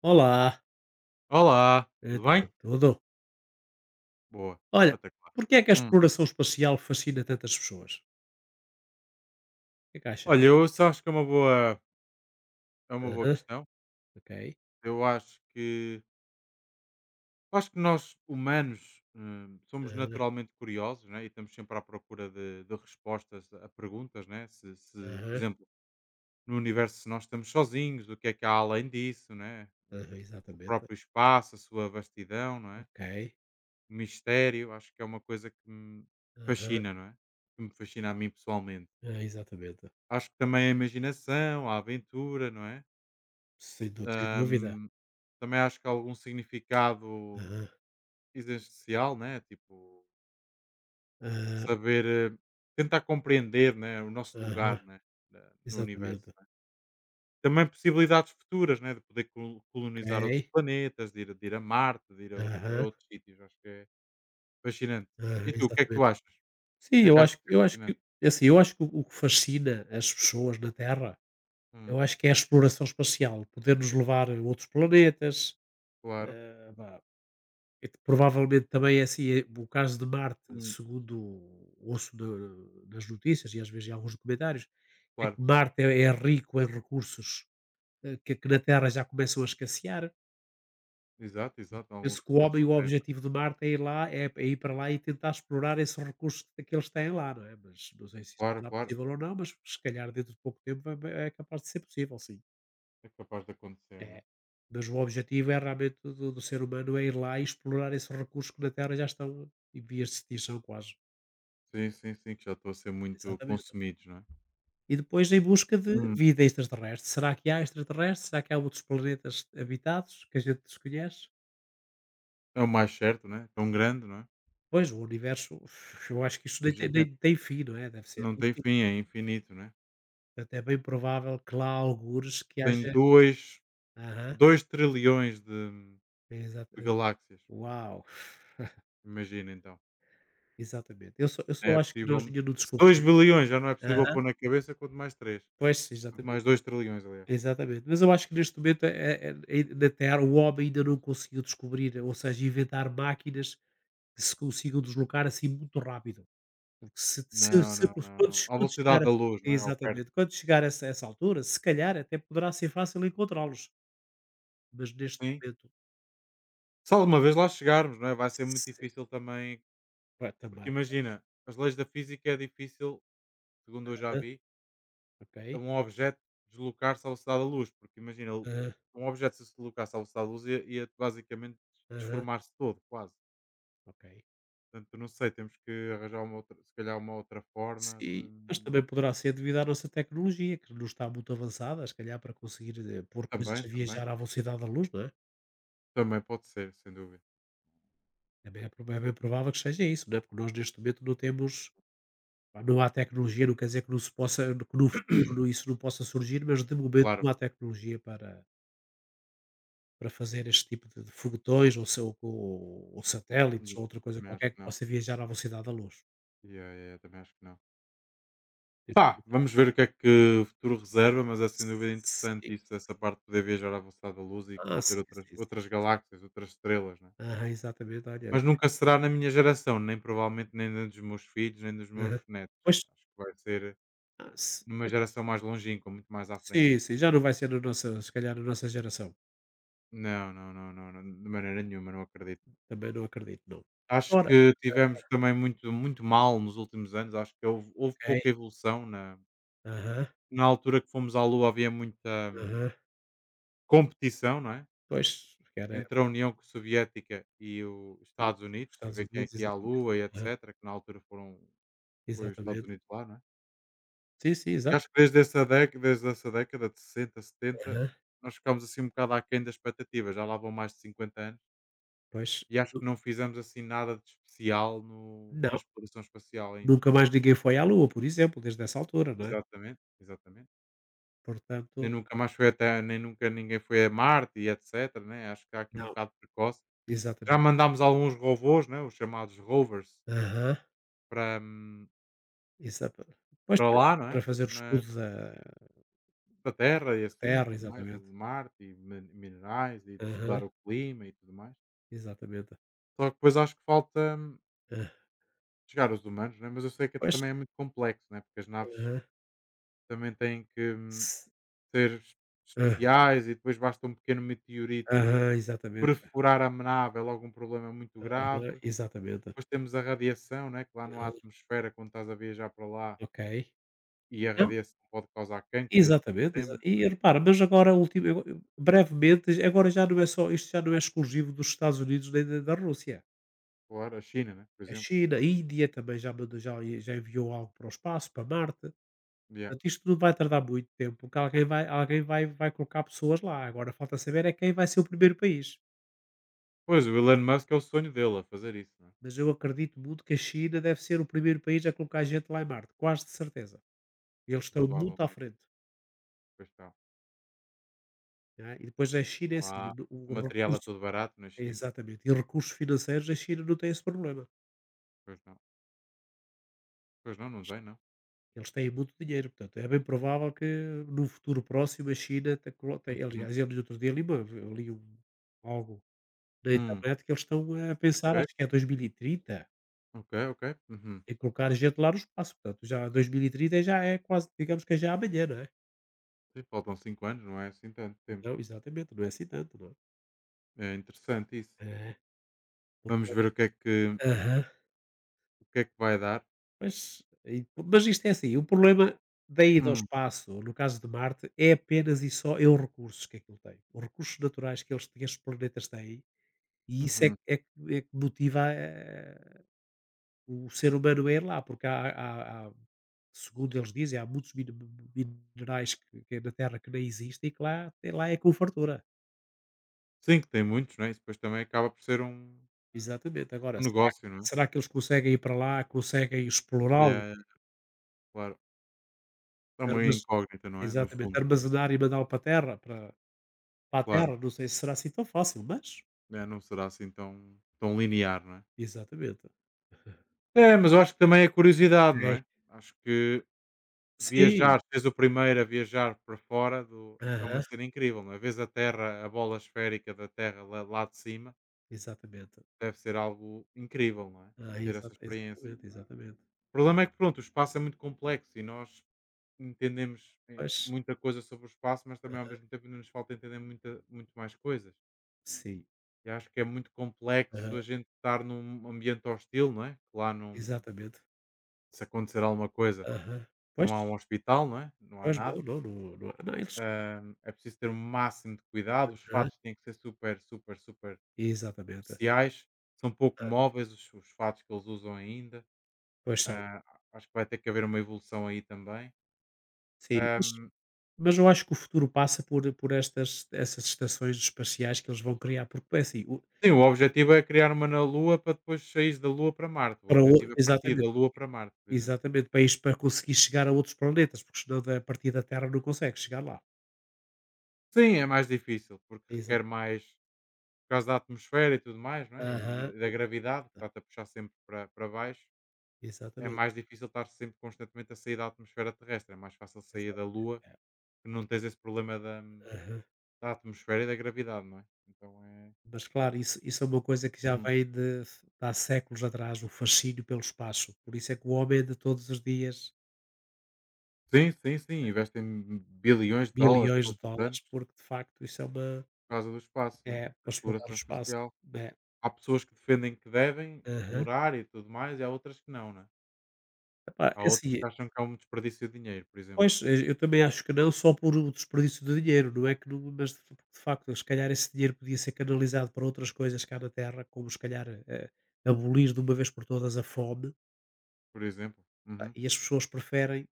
Olá, Olá, tudo bem? então, tudo? Boa, Olha, espetacular. porque é que a Hum. exploração espacial fascina tantas pessoas? O que é que achas? Olha, eu isso acho que é é uma boa Aham, questão. ok. Eu acho que nós humanos somos Aham, naturalmente curiosos, né? E estamos sempre à procura de respostas a perguntas, né? Se, por aham, exemplo, no universo, se nós estamos sozinhos, o que é que há além disso, né? aham, O exatamente. próprio espaço, a sua vastidão, não é? Ok. O mistério, acho que é uma coisa que me Aham, fascina, não é? Que me fascina a mim pessoalmente. ah, exatamente. Acho que também a imaginação, a aventura, não é? Sem dúvida. Ahm, também acho que há algum significado Aham, existencial, né? Tipo, ah, saber, eh, tentar compreender, né? O nosso aham, lugar, né? No universo, exatamente. né? Também possibilidades futuras, né? De poder colonizar outros Ok. planetas, de ir a Marte, de ir a Aham, outros sítios. Acho que é fascinante. aham, E tu, o que é que exatamente. tu achas? O Sim, que é que eu achas acho, que é eu acho fascinante? que é assim, eu acho que o que fascina as pessoas na Terra, eu Hum, acho que é a exploração espacial, poder nos levar a outros planetas. claro, Pá, é que provavelmente também é assim, o caso de Marte, hum, segundo ouço na nas notícias e às vezes em alguns documentários, é que claro. Marte é rico em recursos, que na Terra já começam a escassear. Exato, exato. Alguns Penso que o recursos homem o que tem. objetivo de Marte é ir lá é ir para lá e tentar explorar esses recursos que eles têm lá, não é? Mas não sei se isso Claro, será claro. possível ou não, mas se calhar dentro de pouco tempo vai é capaz de ser possível, sim. É capaz de acontecer, É. né? Mas o objetivo é realmente do ser humano é ir lá e explorar esses recursos que na Terra já estão em vias de extinção, quase. Sim, sim, sim, que já estão a ser muito Exatamente. consumidos, não é? E depois em busca de Hum. vida extraterrestre. Será que há extraterrestres? Será que há outros planetas habitados que a gente desconhece? É o mais certo, não é? Tão grande, não é? Pois, o universo, uf, eu acho que isso É nem tem, gigante, nem tem fim, não é? Deve ser. não tem Enfim, fim, é infinito, não é? portanto, é bem provável que lá há algures que Tem haja. dois Aham, dois trilhões de exato. de galáxias, Uau, imagina então. exatamente. Eu só, eu É só acho que possível, nós ainda não se 2 descobrimos. bilhões já não é possível Aham. pôr na cabeça, quanto mais três, Pois, quanto exatamente. mais 2 trilhões, aliás. Exatamente. Mas eu acho que neste momento na Terra o homem ainda não conseguiu descobrir, ou seja, inventar máquinas que se consigam deslocar, assim, muito rápido, porque se se Não, se não, não, não. À quando chegar velocidade da essa luz, não é? Ao perto, exatamente, quando chegar a essa altura, se calhar até poderá ser fácil encontrá-los, mas neste sim. momento Se alguma vez lá chegarmos, não é? Vai ser muito se difícil também, vai porque também, pois. imagina, as leis da física é difícil, segundo eu já Aham, vi ok. a um objeto deslocar-se à velocidade da luz, porque imagina, Aham, um objeto, se deslocasse à velocidade da luz, ia basicamente aham, desformar-se todo, quase. ok. Portanto, não sei, temos que arranjar uma outra, se calhar uma outra forma Sim, mas também de... poderá ser devido à nossa tecnologia, que não está muito avançada, se calhar para conseguir, pôr coisas Também, a também. viajar à velocidade da luz, não é? Também pode ser, sem dúvida. Também é proba é bem provável que seja isso, não é, porque nós neste momento não temos. Pá, não há tecnologia, não quer dizer que não se possa, que no futuro isso não possa surgir, mas de momento Claro. não há tecnologia para fazer este tipo de foguetões ou se ou ou satélites Yeah. ou outra coisa Também acho qualquer que que não. possa viajar à velocidade da luz. Yeah, yeah, yeah, também acho que não. Pá, vamos ver o que é que o futuro reserva, mas é sem dúvida Sim. interessante isso, essa parte de poder viajar à velocidade da luz e Ah, conhecer sim, outras, sim, sim. outras galáxias, outras estrelas, né? Aham, exatamente, olha. Mas nunca será na minha geração, nem provavelmente nem na dos meus filhos, nem dos meus Aham. netos. Pois, Acho que vai ser ah, se numa pois, geração mais longínqua, muito mais à frente. sim, sim, já não vai ser na nossa se calhar na nossa geração, Não, não, não, não, não, de maneira nenhuma, não acredito. também não acredito, não. Acho Ora, que tivemos também muito, muito mal nos últimos anos, acho que houve pouca ok. evolução. Aham, Na altura que fomos à Lua havia muita aham. competição, não é? Pois, porque era Entre a União Soviética e os e Estados os Unidos, de Estados ver quem é Unidos, que ia à exatamente. Lua e etc., que na altura foram, foi os Estados Exatamente. Unidos lá, não é? Sim, sim, E exato. acho que desde essa década, de 60, 70, Aham. nós ficámos assim um bocado aquém das expectativas, já lá vão mais de 50 anos, Pois, e acho nu que não fizemos assim nada de especial no, na não, exploração espacial ainda. nunca mais ninguém foi à Lua, por exemplo, desde essa altura, não é? Exatamente, exatamente. Portanto, Nem nunca mais foi até, nem nunca ninguém foi a Marte e etc, né? Acho que há aqui um não, bocado precoce. Já exatamente. mandámos alguns robôs, né? Os chamados rovers, Aham. para, hum, Exata pois, para para lá, não é? Fazer o Mas estudo para a Terra e da assim e Terra, tudo mais, para exatamente. Marte e minerais e de Aham, estudar o clima e tudo mais. exatamente. Só que depois acho que falta Hã. chegar aos humanos, né? Mas eu sei que Pois. também é muito complexo, né? Porque as naves Aham. também têm que se ser es- aham, especiais, e depois basta um pequeno meteorito aham, exatamente. perfurar a nave, é logo um problema muito grave. Aham, exatamente. Depois temos a radiação, né? Que lá não há Aham. atmosfera quando estás a viajar para lá, Ok. e a radiação pode causar cancro e outros Exatamente, exa problemas. e Né? repara, mas agora ultima eu brevemente, agora já não é só isto, já não é exclusivo dos Estados Unidos nem da Rússia. Claro, a China, né? Por A exemplo. China, a Índia também já mandou já já enviou algo para o espaço, para Marte. Yeah. Portanto, isto não vai tardar muito tempo, porque alguém vai colocar pessoas lá. Agora falta saber é quem vai ser o primeiro país. Pois, o Elon Musk é o sonho dele a fazer isso, né? Mas eu acredito muito que a China deve ser o primeiro país a colocar gente lá em Marte, quase de certeza. Eles estão muito à Provavelmente. frente, Pois está. não é. E depois a China é assim, Lá o o material é recurso. todo barato na China. Exatamente. E recursos financeiros, a China não tem esse problema. Pois não. Pois não, não Pois. dói não. Eles têm muito dinheiro, portanto, é bem provável que no futuro próximo a China tem, Uhum. aliás, eu no outro dia li, uma, eu li um, algo na Hum, internet, que eles estão a pensar, ok, acho que é 2030 ok, ok. Uhum. em colocar gente lá no espaço, portanto, já 2030 já é quase, digamos que é já amanhã, não é? Sim, faltam 5 anos, não é assim tanto tempo. Não, exatamente, não é assim tanto, não é? É interessante isso. É, porque, Vamos ver o que é que, o que, é que vai dar. mas, e isto é assim, o problema da ida ao Hum, espaço, no caso de Marte, é apenas e só os recursos que aquilo tem. Os recursos naturais que estes planetas têm, e isso é que uhum. é que é que motiva, o ser humano a ir lá, porque há, segundo eles dizem, há muitos minerais que é na Terra que nem existem e que lá é com fartura. Sim, que tem muitos, não é? Isso depois também acaba por ser um, Exatamente. Agora, um será negócio, não é? será que eles conseguem ir para lá, conseguem explorá-lo, Yeah, yeah, claro. É uma armaz incógnita, não é? No exatamente, fundo, não é? armazenar e mandá-lo para a Terra para... Para a Claro, Terra, não sei se será assim tão fácil, mas né, não será assim tão, tão linear, não é? exatamente. É, mas eu acho que também é curiosidade, não É, é? Acho que sim. viajar, seres o primeiro a viajar para fora, do é uma Aham, cena incrível, não é? Vês a Terra, a bola esférica da Terra, lá, lá de cima, exatamente. deve ser algo incrível, não é? Ah, Ter essa experiência. exatamente, exatamente. O problema é que, pronto, o espaço é muito complexo e nós entendemos Pois. muita coisa sobre o espaço, mas também ao Aham, mesmo tempo ainda nos falta entender muita, muito mais coisas. sim. E acho que é muito Aham, complexo a gente estar num ambiente hostil, não é? Que lá não, exatamente. se acontecer alguma coisa, Aham. Pois, não há um hospital, não é? Não há pois não, nada. não, não, não, não, eles... É preciso ter o máximo de cuidado. Os Aham, fatos têm que ser super, super, super exatamente. especiais. São pouco Ah. móveis os fatos que eles usam ainda. Pois são. Ah, acho que vai ter que haver uma evolução aí também. Sim, mas Hum, mas eu acho que o futuro passa por estas essas estações espaciais que eles vão criar, porque é assim, o... sim, o objetivo é criar uma na Lua para depois sair da Lua para Marte. O para o objetivo é partir da Exatamente. Lua para Marte, por exemplo. Exatamente, para ires, para conseguir chegar a outros planetas, porque senão da a partir da Terra não consegue chegar lá. Sim, é mais difícil, porque Exato. requer mais, por causa da atmosfera e tudo mais, não é? Aham, E da gravidade, que está-te a puxar sempre para, para baixo. É exatamente, mais difícil estar sempre constantemente a sair da atmosfera terrestre. É mais fácil sair da exatamente. Lua, É, que não tens esse problema da, aham. da atmosfera e da gravidade, não é? Então é. Mas claro, isso é uma coisa que já Hum. vem de há séculos atrás, o fascínio pelo espaço. Por isso é que o homem anda todos os dias Sim, sim, sim. Investem bilhões de dólares bilhões de todos os dólares, anos porque de facto isso é uma por causa do espaço, né? é Da para explorar o exploração espaço, espacial. né. Há pessoas que defendem que devem Aham. explorar e tudo mais, e há outras que não, né? Epá, Há é outras assim. que acham que é um desperdício de dinheiro, por exemplo. Pois, eu também acho que não, só por o desperdício de dinheiro, não é que não, mas de facto, se calhar esse dinheiro podia ser canalizado para outras coisas cá na terra, como se calhar, abolir de uma vez por todas a fome, Por exemplo. pá, Uhum. e as pessoas preferem,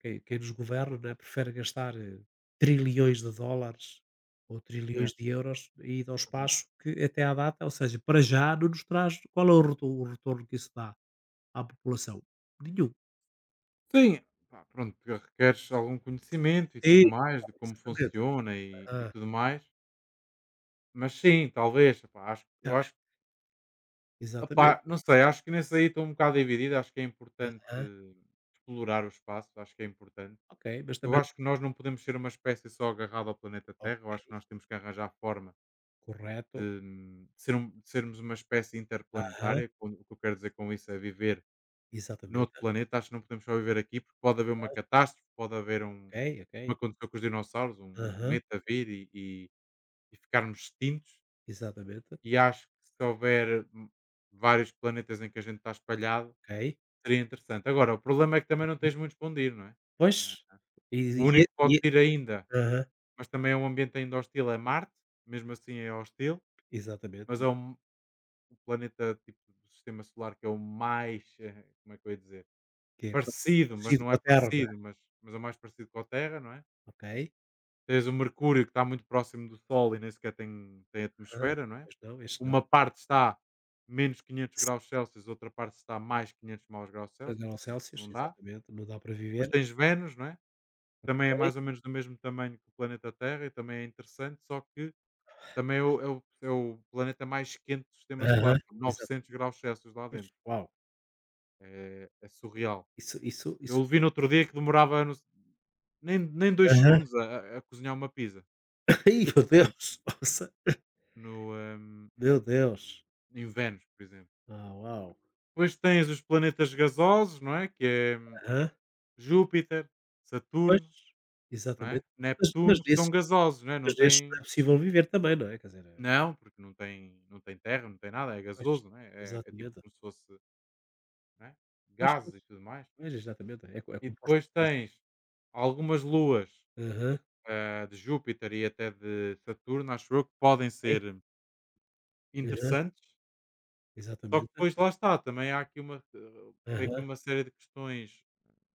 quem nos governa, não é, prefere gastar, trilhões de dólares ou Yeah. trilhões de euros e ir ao Uhum. espaço, que até à data, ou seja, para já não nos traz... Qual é o retorno que isso dá à população? Nenhum. Sim, pá, pronto, porque requeres algum conhecimento e tudo Sim, mais, de como exatamente. funciona e Aham. tudo mais. Mas sim, talvez, pá, acho, eu Ah, acho. Epá, exatamente. não sei, acho que nesse aí estou um bocado dividido, acho que é Ah, importante ah. explorar o espaço, acho que é importante. Ok, mas Eu também. acho que nós não podemos ser uma espécie só agarrada ao planeta Terra, Ok, eu acho que nós temos que arranjar forma de, correto. De sermos uma espécie Aham, interplanetária, o que eu quero dizer com isso é viver noutro exatamente. planeta, acho que não podemos só viver aqui, porque pode haver uma catástrofe, pode haver Ok, como ok. aconteceu com os dinossauros, um Aham, cometa vir e ficarmos extintos, exatamente. e acho que se houver vários planetas em que a gente está espalhado, Ok. seria interessante. Agora, o problema é que também não tens muito para onde ir, não é? Ah, Pois, e o e único que podes e, ir ainda, aham, mas também é um ambiente ainda hostil, é Marte, mesmo assim é hostil, exatamente, mas é um, o planeta tipo do sistema solar que é o mais, como é que eu ia dizer? que é Parecido, mas parecido não com é a Terra, não é? parecido, mas é o mais parecido com a Terra, não é? Ok. Tens o Mercúrio, que está muito próximo do Sol e nem sequer tem, tem Aham. atmosfera, não é? Mas não, este não. Uma parte está menos 500 graus Celsius, outra parte está mais 500 maus graus setenta Celsius, graus portanto Celsius, não dá. exatamente, não dá para Depois viver. tens Vênus, não é? Também é Ok. mais ou menos do mesmo tamanho que o planeta Terra e também é interessante, só que também é o planeta mais quente do sistema solar, Aham, com exato. 900 graus Celsius lá Pois, dentro. uau, É surreal. isso, Eu vi no outro dia que demorava nem dois aham. segundos a, a cozinhar uma pizza, Ai, meu por exemplo, Deus, nossa, no, meu Deus. em Vênus, por exemplo. Ah, uau. Depois tens os planetas gasosos, não é? Que é Aham. Júpiter, Pois, Saturno, não é? exatamente. Mas Neptuno, que desses são gasosos, não é? Não mas desses não têm. é possível viver também, não é? Quer dizer, Não, porque não tem, terra, não tem nada, é pois, gasoso, né é? É tipo exatamente. como se fosse, né. Pois, Gases pois. e tudo mais. Pois, exatamente, é co é E composto depois de gases. tens algumas luas, Aham, ah, de Júpiter e até de Saturno, acho eu, que podem ok. ser Aham, interessantes, só que exatamente. depois lá está, também há aqui uma tem aqui Aham, uma série de questões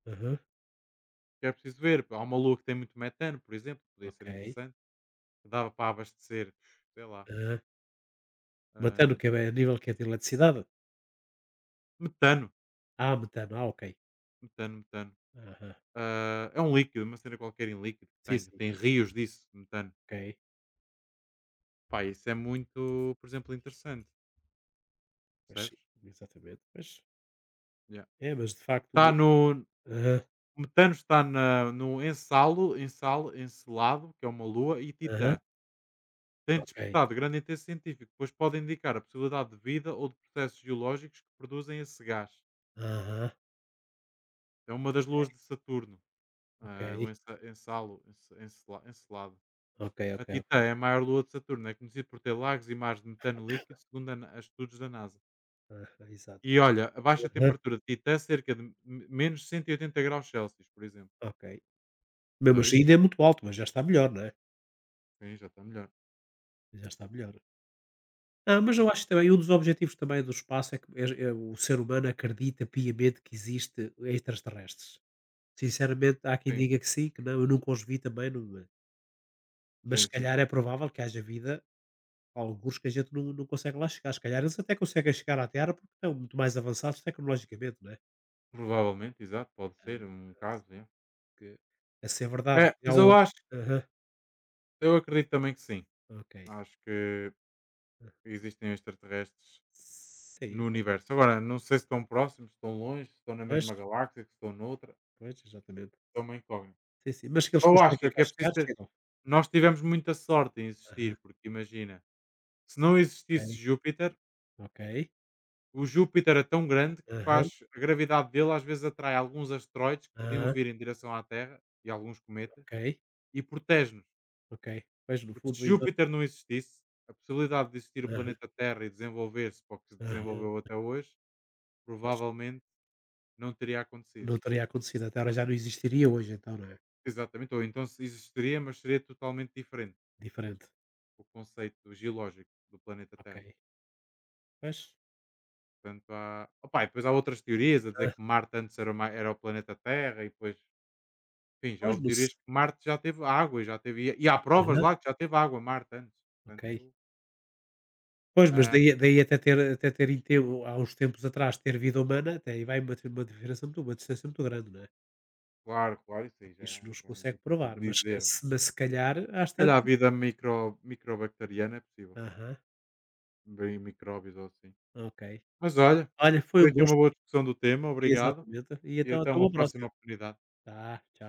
aham, que é preciso ver. Há uma lua que tem muito metano, por exemplo, que podia ser ok. interessante, que dava para abastecer, sei lá, Aham. Metano, hum, que é a nível, que é de eletricidade? metano, Ah, metano, ah, ok. metano, metano. Aham. Ah, é um líquido, uma cena qualquer em líquido que Sim, tem, sim, tem rios disso, de metano. ok. Pá, isso é muito, por exemplo, interessante, Pois, sim, percebes? exatamente. Pois, Yeah. é, mas de facto Está o no. aham, O metano está na, no Ensalo, Ensalo, Encelado, que é uma lua, e aham, Titã. Tem ok. despertado grande interesse científico, pois pode indicar a possibilidade de vida ou de processos geológicos que produzem esse gás. Aham, É uma das luas de Saturno, ok. ah, o Ensa- Ensalo, Ence- Encela- Encelado. Ok, ok, A Titã ok. é a maior lua de Saturno, é conhecida por ter lagos e mares de metano líquido, segundo a estudos da NASA. Aham, exato. E olha, a baixa temperatura de Titã, cerca de me menos 180 graus Celsius, por exemplo. Ok. Já Mesmo assim ainda viste? é muito alto, mas já está melhor, não é? Sim, já está melhor. Já está melhor. Ah, mas É. eu acho também, um dos objetivos também do espaço é que é o ser humano acredita piamente que existe extraterrestres. Sinceramente, há quem Sim, diga que sim, que não, eu nunca os vi também, não, é? Mas se sim, sim, calhar sim. é provável que haja vida, alguns que a gente não consegue lá chegar. Se calhar eles até conseguem chegar à Terra, porque estão muito mais avançados tecnologicamente, não é? Provavelmente, exato, pode Ah, ser um caso, assim, é. que, a ser verdade, É, já mas houve. Aham, eu acredito também que sim. ok. Acho que Ah. existem extraterrestres Sim, no eu também. universo. Agora, não sei se estão próximos, se estão longe, se estão na Pois, mesma galáxia, se estão noutra, pois, exatamente. é uma incógnita. Sim, sim, mas que eles Eu acho conseguem é cá que é chegar, preciso ter, chegam? nós tivemos muita sorte em Aham, existir, porque imagina, se não ok, existisse Júpiter. ok. O Júpiter é tão grande que Aham, faz a gravidade dele às vezes atrai alguns asteroides que podiam aham, vir em direção à Terra e alguns cometas, ok, e protege-nos, ok. Pois, no porque fundo, se exato. Júpiter não existisse, a possibilidade de existir o Aham, planeta Terra e desenvolver-se para o que se desenvolveu aham. até hoje, Pois, provavelmente não teria acontecido. não teria acontecido até agora, já não existiria hoje então, não é? Exatamente, ou então se existiria, mas seria totalmente diferente Diferente, o conceito geológico do planeta ok. Terra. Pois, Portanto, há... Opa, e depois há outras teorias a dizer hã, que Marte antes era, era o planeta Terra e depois. Sim, já pois houve não. se teorias que Marte já teve água e já teve. E há provas Aham, lá que já teve água, Marte, antes. ok. Portanto, Pois, mas ahm, daí até ter em tempo há uns tempos atrás, ter vida humana, até aí vai uma distância muito grande, não é? claro, claro, isso aí Porque isso não se já é muito consegue difícil de provar, mas dizer, não é? se calhar às Se calhar a tantas, vida microbacteriana é possível. aham, Bem, micróbios ou assim. ok. Mas olha, Olha, foi foi um aqui uma gosto. boa discussão do tema, obrigado. Exatamente. E E então até até uma uma próxima próxima. oportunidade. Tá, tchau.